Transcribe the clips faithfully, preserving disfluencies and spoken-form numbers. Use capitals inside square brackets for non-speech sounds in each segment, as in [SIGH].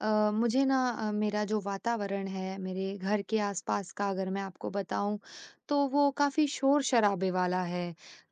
अ, मुझे ना अ, मेरा जो वातावरण है मेरे घर के आसपास का अगर मैं आपको बताऊँ तो वो काफ़ी शोर-शराबे वाला है।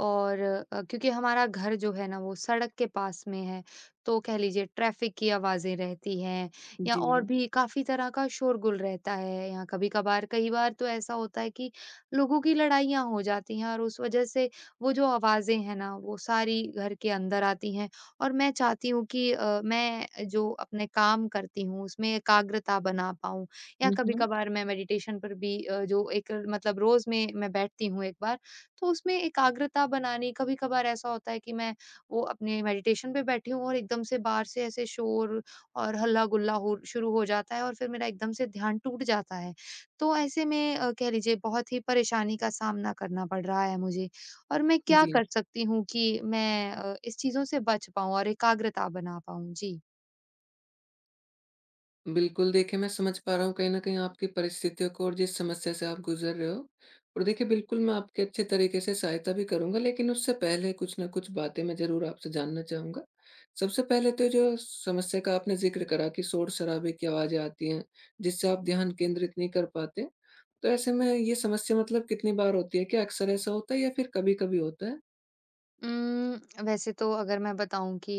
और अ, क्योंकि हमारा घर जो है ना वो सड़क के पास में है, तो कह लीजिए ट्रैफ़िक की आवाज़ें रहती हैं या जी। और भी काफ़ी तरह का शोरगुल रहता है। या कभी-कभार कई बार तो ऐसा होता है कि लोगों की लड़ाइयाँ हो जाती हैं और उस वज़ह से वो जो आवाज़ें हैं ना वो सारी घर के अंदर आती हैं। और मैं चाहती हूँ कि अ, मैं जो अपने काम करती हूँ उसमें एकाग्रता बना पाऊँ, या हुँ, हुँ। कभी-कभार मैं मेडिटेशन पर भी अ, जो एक मतलब रोज़ में मैं बैठती हूँ एक बार, तो उसमें एकाग्रता बनाने कभी-कभार ऐसा होता है कि मैं वो अपने मेडिटेशन पे बैठी हूँ और एकदम से बाहर से ऐसे शोर और हल्ला-गुल्ला हो शुरू हो जाता है और फिर मेरा एकदम से ध्यान टूट जाता है। तो ऐसे में अ, कह लीजिए बहुत ही परेशानी का सामना करना पड़ रहा है मुझे। और मैं क्या जी, कर सकती हूँ कि मैं अ, इस चीज़ों से बच पाऊँ और एकाग्रता बना पाऊँ? जी। बिल्कुल देखिए मैं समझ पा रहा हूँ कहीं न कहीं आपकी परिस्थितियों को और जिस समस्या से आप गुज़र रहे हो। और देखिए बिल्कुल मैं आपकी अच्छे तरीके से सहायता भी करूँगा, लेकिन उससे पहले कुछ ना कुछ बातें मैं ज़रूर आपसे जानना चाहूँगा। सबसे पहले तो जो समस्या का आपने ज़िक्र करा कि शोर-शराबे की आवाज़ें आती हैं, जिससे आप ध्यान केंद्रित नहीं कर पाते। तो ऐसे में ये समस्या मतलब कितनी बार होती है? क्या अक्सर ऐसा होता है या फिर कभी-कभी होता है? उम्म, वैसे तो अगर मैं बताऊँ कि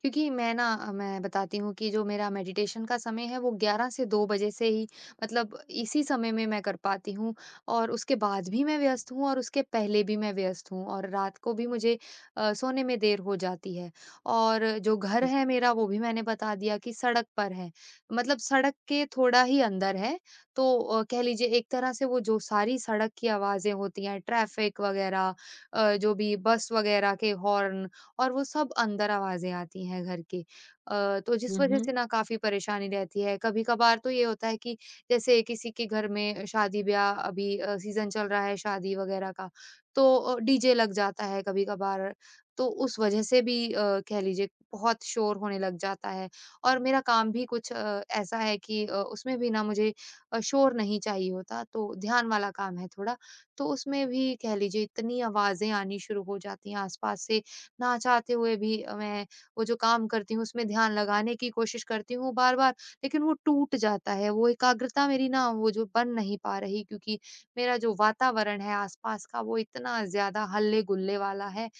क्योंकि मैं ना अ, मैं बताती हूँ कि जो मेरा मेडिटेशन का समय है वो ग्यारह से दो बजे से ही मतलब इसी समय में मैं कर पाती हूँ, और उसके बाद भी मैं व्यस्त हूँ और उसके पहले भी मैं व्यस्त हूँ, और रात को भी मुझे अ, सोने में देर हो जाती है। और जो घर है जी। मेरा वो भी मैंने बता दिया कि सड़क पर है, मतलब सड़क के थोड़ा ही अंदर है। तो अ, कह लीजिए एक तरह से वो जो सारी सड़क की आवाज़ें होती हैं, ट्रैफ़िक वग़ैरह, अ, जो भी बस वगैरह के हॉर्न, और वो सब अंदर आवाज़ें आती हैं घर के। अ, तो जिस हुँ, वज़ह से हुँ। ना काफ़ी परेशानी रहती है। कभी-कभार तो ये होता है कि जैसे किसी के घर में शादी-ब्याह, अभी अ, सीज़न चल रहा है शादी वगैरह का, तो अ, डीजे लग जाता है कभी-कभार, तो उस वज़ह से भी अ, कह लीजिए बहुत शोर होने लग जाता है। और मेरा काम भी कुछ अ, ऐसा है कि अ, उसमें भी ना मुझे अ, शोर नहीं चाहिए होता, तो ध्यान वाला काम है थोड़ा। तो उसमें भी कह लीजिए इतनी आवाज़ें आनी शुरू हो जाती हैं आस-पास से, ना चाहते हुए भी अ, मैं वो जो काम करती हूँ उसमें ध्यान लगाने की कोशिश करती हूँ बार-बार, लेकिन वो टूट जाता है, वो एकाग्रता मेरी ना वो जो बन नहीं पा रही, क्योंकि मेरा जो वातावरण है आस-पास का वो इतना ज़्यादा हल्ले-गुल्ले वाला है। अ,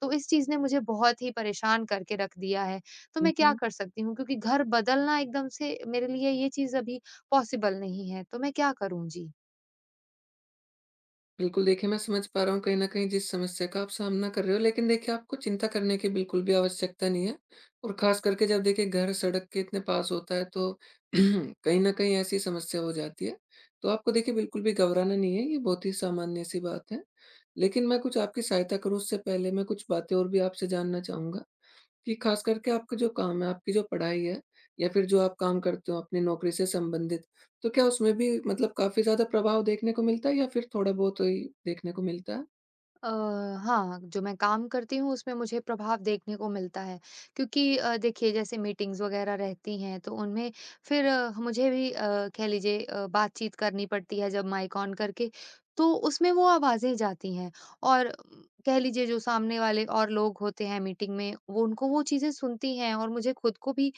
तो इस चीज़ ने मुझे बहुत ही परेशान करके रख दिया है, तो हुँ, मैं क्या हुँ। कर सकती हूँ? क्योंकि घर बदलना एकदम से मेरे लिए ये चीज़ अभी पॉसिबल नहीं है, तो मैं क्या करूँ? जी। बिल्कुल, देखिए मैं समझ पा रहा हूँ कहीं न कहीं जिस समस्या का आप सामना कर रहे हो, लेकिन देखिए आपको चिंता करने की बिल्कुल भी आवश्यकता नहीं है। और ख़ास करके जब देखिए घर सड़क के इतने पास होता है, तो [CLEARS THROAT] कहीं न कहीं ऐसी समस्या हो जाती है। तो आपको देखिए बिल्कुल भी घबराना नहीं है, ये बहुत ही सामान्य सी बात है। लेकिन मैं कुछ आपकी सहायता करूँ उससे पहले मैं कुछ बातें और भी आपसे जानना चाहूँगा। कि खास करके आपका जो काम है, आपकी जो पढ़ाई है, या फिर जो आप काम करते हो अपनी नौकरी से संबंधित, तो क्या उसमें भी मतलब काफ़ी ज़्यादा प्रभाव देखने को मिलता है या फिर थोड़ा बहुत ही देखने को मिलता है? अ, हाँ, जो मैं काम करती हूँ उसमें मुझे प्रभाव देखने को मिलता है, क्योंकि अ, देखिए जैसे मीटिंग्स वगैरह रहती हैं तो उनमें फिर अ, मुझे भी अ, कह लीजिए अ, बातचीत करनी पड़ती है जब माइक ऑन करके, तो उसमें वो आवाज़ें जाती हैं। और उम, कह लीजिए जो सामने वाले और लोग होते हैं मीटिंग में वो उनको वो चीज़ें सुनती हैं, और मुझे खुद को भी अ,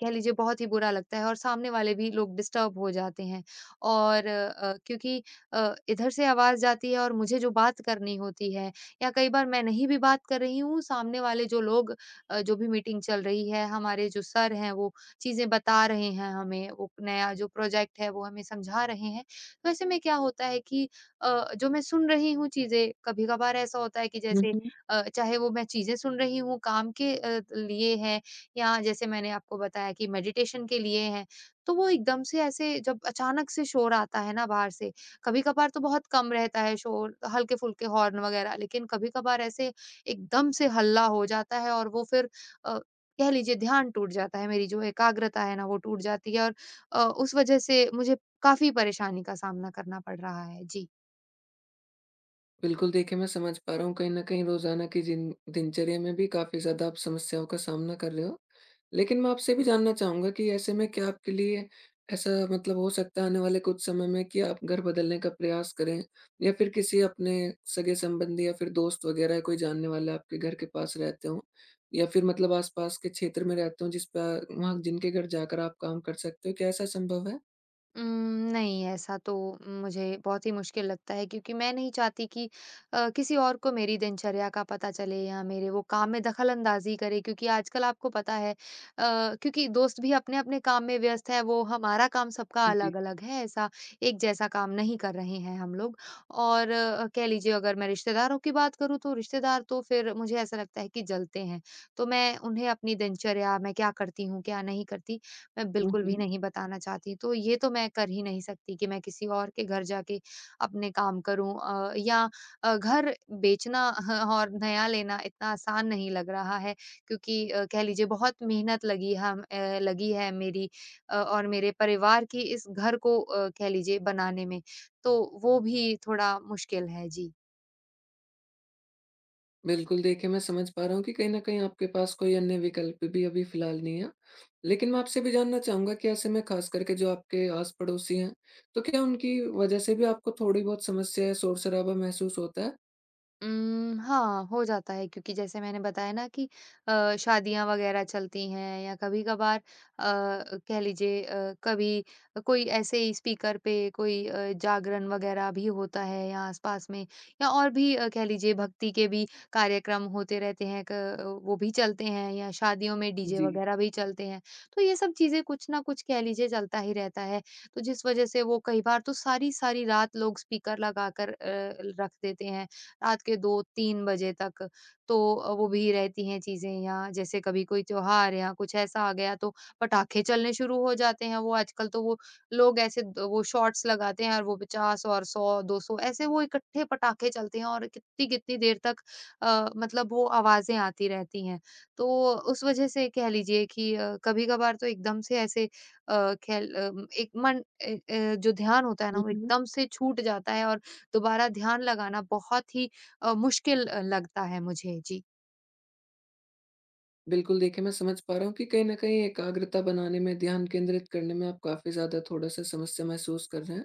कह लीजिए बहुत ही बुरा लगता है और सामने वाले भी लोग डिस्टर्ब हो जाते हैं, और अ, क्योंकि अ, इधर से आवाज़ जाती है और मुझे जो बात करनी होती है, या कई बार मैं नहीं भी बात कर रही हूँ, सामने वाले जो लोग, अ, जो भी मीटिंग चल रही है, हमारे जो सर हैं वो चीज़ें बता रहे हैं हमें, वो नया जो प्रोजेक्ट है वो हमें समझा रहे हैं। तो ऐसे में क्या होता है कि अ, जो मैं सुन रही हूँ चीज़ें, कभी-कभार ऐसा होता है कि जैसे जी। अ, चाहे वो मैं चीज़ें सुन रही हूँ काम के अ, लिए हैं या जैसे मैंने आपको बताया कि मेडिटेशन के लिए हैं, तो वो एकदम से ऐसे जब अचानक से शोर आता है ना बाहर से, कभी-कभार तो बहुत कम रहता है शोर, हल्के-फुल्के हॉर्न वगैरह, लेकिन कभी-कभार ऐसे एकदम से हल्ला हो जाता है और वो फिर अ, कह लीजिए ध्यान टूट जाता है, मेरी जो एकाग्रता है ना वो टूट जाती है, और अ, उस वजह से मुझे काफ़ी परेशानी का सामना करना पड़ रहा है। जी। बिल्कुल, देखिए मैं समझ पा रहा हूँ कहीं न कहीं रोज़ाना की जिन दिनचर्या में भी काफ़ी ज़्यादा आप समस्याओं का सामना कर रहे हो। लेकिन मैं आपसे भी जानना चाहूँगा कि ऐसे में क्या आपके लिए ऐसा मतलब हो सकता है आने वाले कुछ समय में कि आप घर बदलने का प्रयास करें, या फिर किसी अपने सगे-संबंधी या फिर दोस्त वग़ैरह या कोई जानने वाला आपके घर के पास रहते हों, या फिर मतलब आस-पास के क्षेत्र में रहते हों जिस प वहाँ जिनके घर जाकर आप काम कर सकते हो, क्या ऐसा संभव है? उम, नहीं, ऐसा तो मुझे बहुत ही मुश्किल लगता है, क्योंकि मैं नहीं चाहती कि अ, किसी और को मेरी दिनचर्या का पता चले या मेरे वो काम में दखल-अंदाज़ी करे, क्योंकि आजकल आपको पता है, अ, क्योंकि दोस्त भी अपने-अपने काम में व्यस्त है, वो हमारा काम सबका जी। अलग-अलग है, ऐसा एक जैसा काम नहीं कर रहे हैं हम लोग। और अ, कह लीजिए अगर मैं रिश्तेदारों की बात करूँ तो रिश्तेदार तो फिर मुझे ऐसा लगता है कि जलते हैं, तो मैं उन्हें अपनी दिनचर्या मैं क्या करती हूँ, क्या नहीं करती, मैं हुँ, बिल्कुल भी हुँ। नहीं बताना चाहती। तो ये तो मैं कर ही नहीं सकती कि मैं किसी और के घर जाके अपने काम करूँ अ, या अ, घर बेचना [LAUGHS] और नया लेना इतना आसान नहीं लग रहा है, क्योंकि अ, कह लीजिए बहुत मेहनत लगी हम अ, लगी है मेरी अ, और मेरे परिवार की, इस घर को अ, कह लीजिए बनाने में। तो वो भी थोड़ा मुश्किल है। जी। बिल्कुल, देखिए मैं समझ पा रहा हूँ कि कहीं न कहीं आपके पास कोई अन्य विकल्प भी अभी फ़िलहाल नहीं है। लेकिन मैं आपसे भी जानना चाहूँगा कि ऐसे में ख़ास करके जो आपके आस-पड़ोसी हैं, तो क्या उनकी वज़ह से भी आपको थोड़ी बहुत समस्या या शोर-शराबा महसूस होता है? उम, हाँ, हो जाता है क्योंकि जैसे मैंने बताया ना कि अ, शादियाँ वग़ैरह चलती हैं, या कभी-कभार अ, कह लीजिए अ, कभी कोई ऐसे ही स्पीकर पे कोई अ, जागरण वग़ैरह भी होता है या आस-पास में, या और भी अ, कह लीजिए भक्ति के भी कार्यक्रम होते रहते हैं, क वो भी चलते हैं, या शादियों में डीजे वग़ैरह भी चलते हैं। तो ये सब चीज़ें कुछ ना कुछ कह लीजिए चलता ही रहता है। तो जिस वज़ह से वो कई बार तो सारी-सारी रात लोग स्पीकर लगाकर अ, रख देते हैं रात के दो तीन बजे तक। तो अ, वो भी रहती हैं चीज़ें, या जैसे कभी कोई त्योहार या कुछ ऐसा आ गया तो पटाखे चलने शुरू हो जाते हैं। वो आजकल तो वो लोग ऐसे द वो शॉट्स लगाते हैं और वो पचास और सौ दो सौ ऐसे वो इकट्ठे पटाखे चलते हैं, और कितनी-कितनी देर तक अ, मतलब वो आवाज़ें आती रहती हैं। तो उस वजह से कह लीजिए कि अ, कभी-कभार तो एकदम से ऐसे अ, खेल अम, एक मन ए, अ, जो ध्यान होता है ना वो जी। एकदम से छूट जाता है, और दोबारा ध्यान लगाना बहुत ही अ, मुश्किल अ, लगता है मुझे। जी। बिल्कुल, देखिए मैं समझ पा रहा हूँ कि कहीं न कहीं एकाग्रता बनाने में, ध्यान केंद्रित करने में आप काफ़ी ज़्यादा थोड़ा-सा समस्या महसूस कर रहे हैं।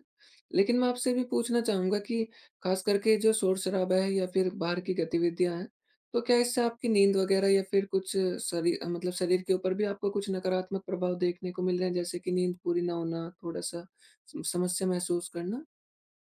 लेकिन मैं आपसे भी पूछना चाहूँगा कि ख़ास करके जो शोर-शराबा है या फिर बाहर की गतिविधियाँ हैं, तो क्या इससे आपकी नींद वग़ैरह या फिर कुछ शरी अ, मतलब शरीर के ऊपर भी आपको कुछ नकारात्मक प्रभाव देखने को मिल रहे हैं? जैसे कि नींद पूरी ना होना, थोड़ा-सा सम समस्या महसूस करना?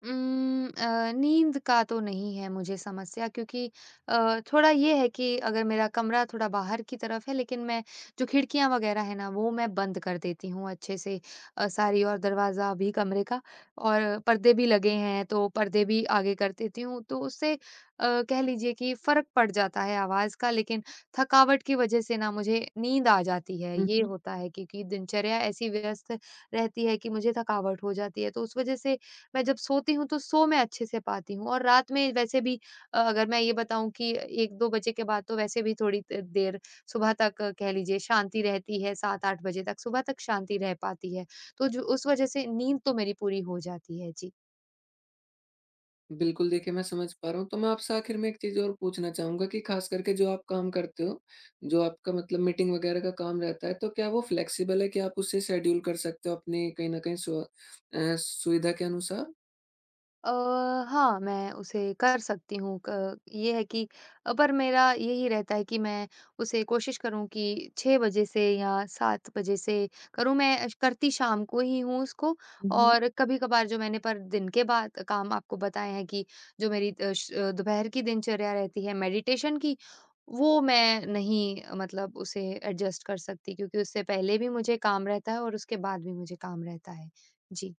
उम्म, अ, नींद का तो नहीं है मुझे समस्या, क्योंकि अ, थोड़ा ये है कि अगर मेरा कमरा थोड़ा बाहर की तरफ है, लेकिन मैं जो खिड़कियाँ वगैरह है ना वो मैं बंद कर देती हूँ अच्छे से अ, सारी, और दरवाज़ा भी कमरे का, और पर्दे भी लगे हैं तो पर्दे भी आगे कर देती हूँ। तो उससे अ, कह लीजिए कि फ़र्क पड़ जाता है आवाज़ का, लेकिन थकावट की वज़ह से ना मुझे नींद आ जाती है, ये होता है, क्योंकि दिनचर्या ऐसी व्यस्त रहती है कि मुझे थकावट हो जाती है। तो उस वज़ह से मैं जब सोती हूँ तो सो मैं अच्छे से पाती हूँ, और रात में वैसे भी अ, अगर मैं ये बताऊँ कि एक दो बजे के बाद तो वैसे भी थोड़ी त देर सुबह तक अ, कह लीजिए शांति रहती है, सात आठ बजे तक सुबह तक शांति रह पाती है। तो जो उस वजह से नींद तो मेरी पूरी हो जाती है। जी। बिल्कुल, देखिए मैं समझ पा रहा हूँ। तो मैं आपसे आखिर में एक चीज़ और पूछना चाहूँगा कि ख़ास करके जो आप काम करते हो, जो आपका मतलब मीटिंग वग़ैरह का काम रहता है, तो क्या वो फ्लेक्सिबल है कि आप उसे शेड्यूल कर सकते हो अपनी कहीं न कहीं स्व अ, सुविधा के अनुसार? अ, हाँ, मैं उसे कर सकती हूँ। क ये है कि अ, पर मेरा यही रहता है कि मैं उसे कोशिश करूँ कि छह बजे से या सात बजे से करूँ। मैं अ, करती शाम को ही हूँ उसको, और कभी-कभार जो मैंने पर दिन के बाद काम आपको बताए हैं कि जो मेरी अ, श अ, दोपहर की दिनचर्या रहती है मेडिटेशन की, वो मैं नहीं अ, मतलब उसे एडजस्ट कर सकती, क्योंकि उससे पहले भी मुझे काम रहता है और उसके बाद भी मुझे काम रहता है। जी।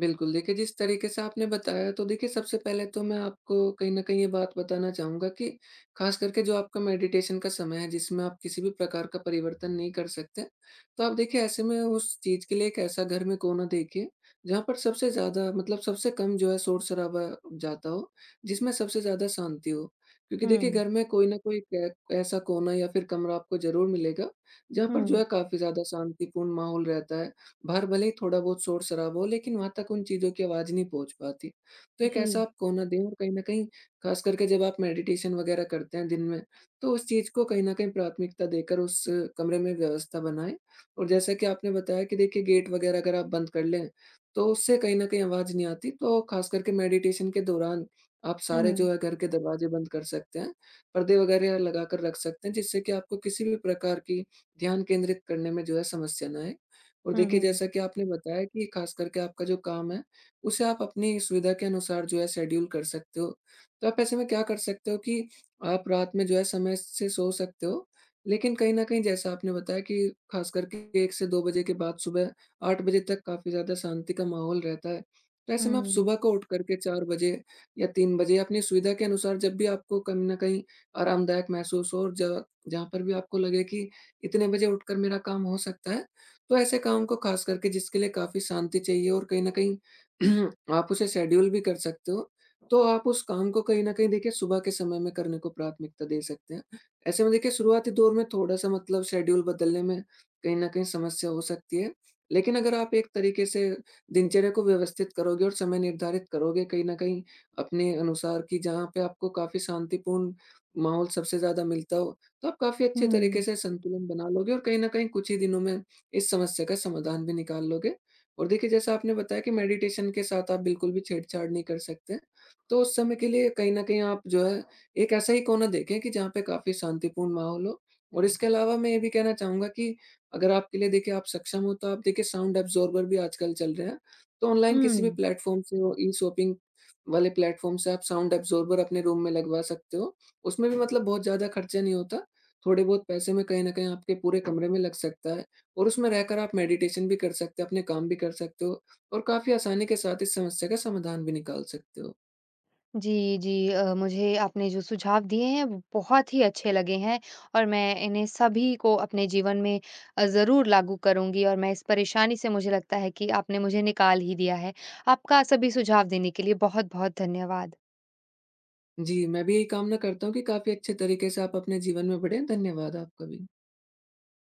बिल्कुल, देखिए जिस तरीके से आपने बताया तो देखिए सबसे पहले तो मैं आपको कहीं न कहीं ये बात बताना चाहूँगा कि ख़ास करके जो आपका मेडिटेशन का समय है, जिसमें आप किसी भी प्रकार का परिवर्तन नहीं कर सकते। तो आप देखिए ऐसे में उस चीज़ के लिए एक ऐसा घर में कोना देखिए, जहाँ पर सबसे ज़्यादा मतलब सबसे कम जो है शोर-शराबा जाता हो, जिसमें सबसे ज़्यादा शांति हो। क्योंकि देखिए हुँ, घर में कोई न कोई क ऐसा कोना या फिर कमरा आपको ज़रूर मिलेगा, जहाँ पर जो हुँ। है काफ़ी ज़्यादा शांतिपूर्ण माहौल रहता है। बाहर भले ही थोड़ा-बहुत शोर-शराबा हो, लेकिन वहाँ तक उन चीज़ों की आवाज़ नहीं पहुँच पाती। तो एक जी। ऐसा आप कोना दें, और कहीं न कहीं ख़ास करके जब आप मेडिटेशन वग़ैरह करते हैं दिन में, तो उस चीज़ को कहीं न कहीं प्राथमिकता देकर उस कमरे में व्यवस्था बनाएँ। और जैसा कि आपने बताया कि देखिए गेट वग़ैरह अगर आप बंद कर लें, तो उससे कहीं न कहीं आवाज़ नहीं आती। तो ख़ास करके मेडिटेशन के दौरान आप सारे हुँ। जो है घर के दरवाज़े बंद कर सकते हैं, पर्दे वग़ैरह लगाकर रख सकते हैं, जिससे कि आपको किसी भी प्रकार की ध्यान केंद्रित करने में जो है समस्या ना आए। और हुँ, देखिए हुँ। जैसा कि आपने बताया कि खास करके आपका जो काम है, उसे आप अपनी सुविधा के अनुसार जो है शेड्यूल कर सकते हो। तो आप ऐसे में क्या कर सकते हो कि आप रात में जो है समय से सो सकते हो, लेकिन कहीं न कहीं जैसा आपने बताया कि खास करके एक से दो बजे के बाद सुबह आठ बजे तक काफ़ी ज़्यादा शांति का माहौल रहता है। तो ऐसे में आप हुँ, सुबह को उठ कर के चार बजे या तीन बजे अपनी सुविधा के अनुसार, जब भी आपको कहीं न कहीं आरामदायक महसूस हो और ज जहाँ पर भी आपको लगे कि इतने बजे उठकर मेरा काम हो सकता है, तो ऐसे काम को, खास करके जिसके लिए काफ़ी शांति चाहिए और कहीं न कहीं [CLEARS THROAT] आप उसे शेड्यूल भी कर सकते हो, तो आप उस काम को कहीं न कहीं देखिए सुबह के समय में करने को प्राथमिकता दे सकते हैं। ऐसे में देखिए शुरुआती दौर में थोड़ा-सा मतलब शेड्यूल बदलने में कहीं न कहीं समस्या हो सकती है। लेकिन अगर आप एक तरीके से दिनचर्या को व्यवस्थित करोगे और समय निर्धारित करोगे कहीं न कहीं अपने अनुसार, कि जहाँ पे आपको काफ़ी शांतिपूर्ण माहौल सबसे ज़्यादा मिलता हो, तो आप काफ़ी अच्छे तरीके हुँ, से संतुलन बना लोगे और कहीं न कहीं कुछ ही दिनों में इस समस्या का समाधान भी निकाल लोगे। और देखिए जैसा आपने बताया कि मेडिटेशन के साथ आप बिल्कुल भी छेड़छाड़ नहीं कर सकते। तो उस समय के लिए कहीं न कहीं आप जो है एक ऐसा ही कोना देखें, कि जहाँ पे काफ़ी शांतिपूर्ण माहौल हो। और इसके अलावा मैं ये भी कहना चाहूँगा कि अगर आपके लिए देखिए आप सक्षम हो, तो आप देखिए साउंड अब्ज़ॉर्बर भी आजकल चल रहे हैं। तो ऑनलाइन किसी भी हुँ। प्लेटफ़ॉर्म से, वो ई-शॉपिंग वाले प्लेटफ़ॉर्म से आप साउंड अब्ज़ॉर्बर अपने रूम में लगवा सकते हो। उसमें भी मतलब बहुत ज़्यादा खर्चा नहीं होता। थोड़े बहुत पैसे में कहीं न कहीं आपके पूरे कमरे में लग सकता है। और उसमें रहकर आप मेडिटेशन भी कर सकते हो, अपने काम भी कर सकते हो, और काफ़ी आसानी के साथ इस समस्या का समाधान भी निकाल सकते हो। जी, जी, अ, मुझे आपने जो सुझाव दिए हैं वो बहुत ही अच्छे लगे हैं, और मैं इन्हें सभी को अपने जीवन में अ, ज़रूर लागू करूँगी, और मैं इस परेशानी से, मुझे लगता है कि आपने मुझे निकाल ही दिया है। आपका सभी सुझाव देने के लिए बहुत-बहुत धन्यवाद। जी, मैं भी यही कामना करता हूँ कि काफ़ी अच्छे तरीके से आप अपने जीवन में बढ़ें। धन्यवाद आपका भी।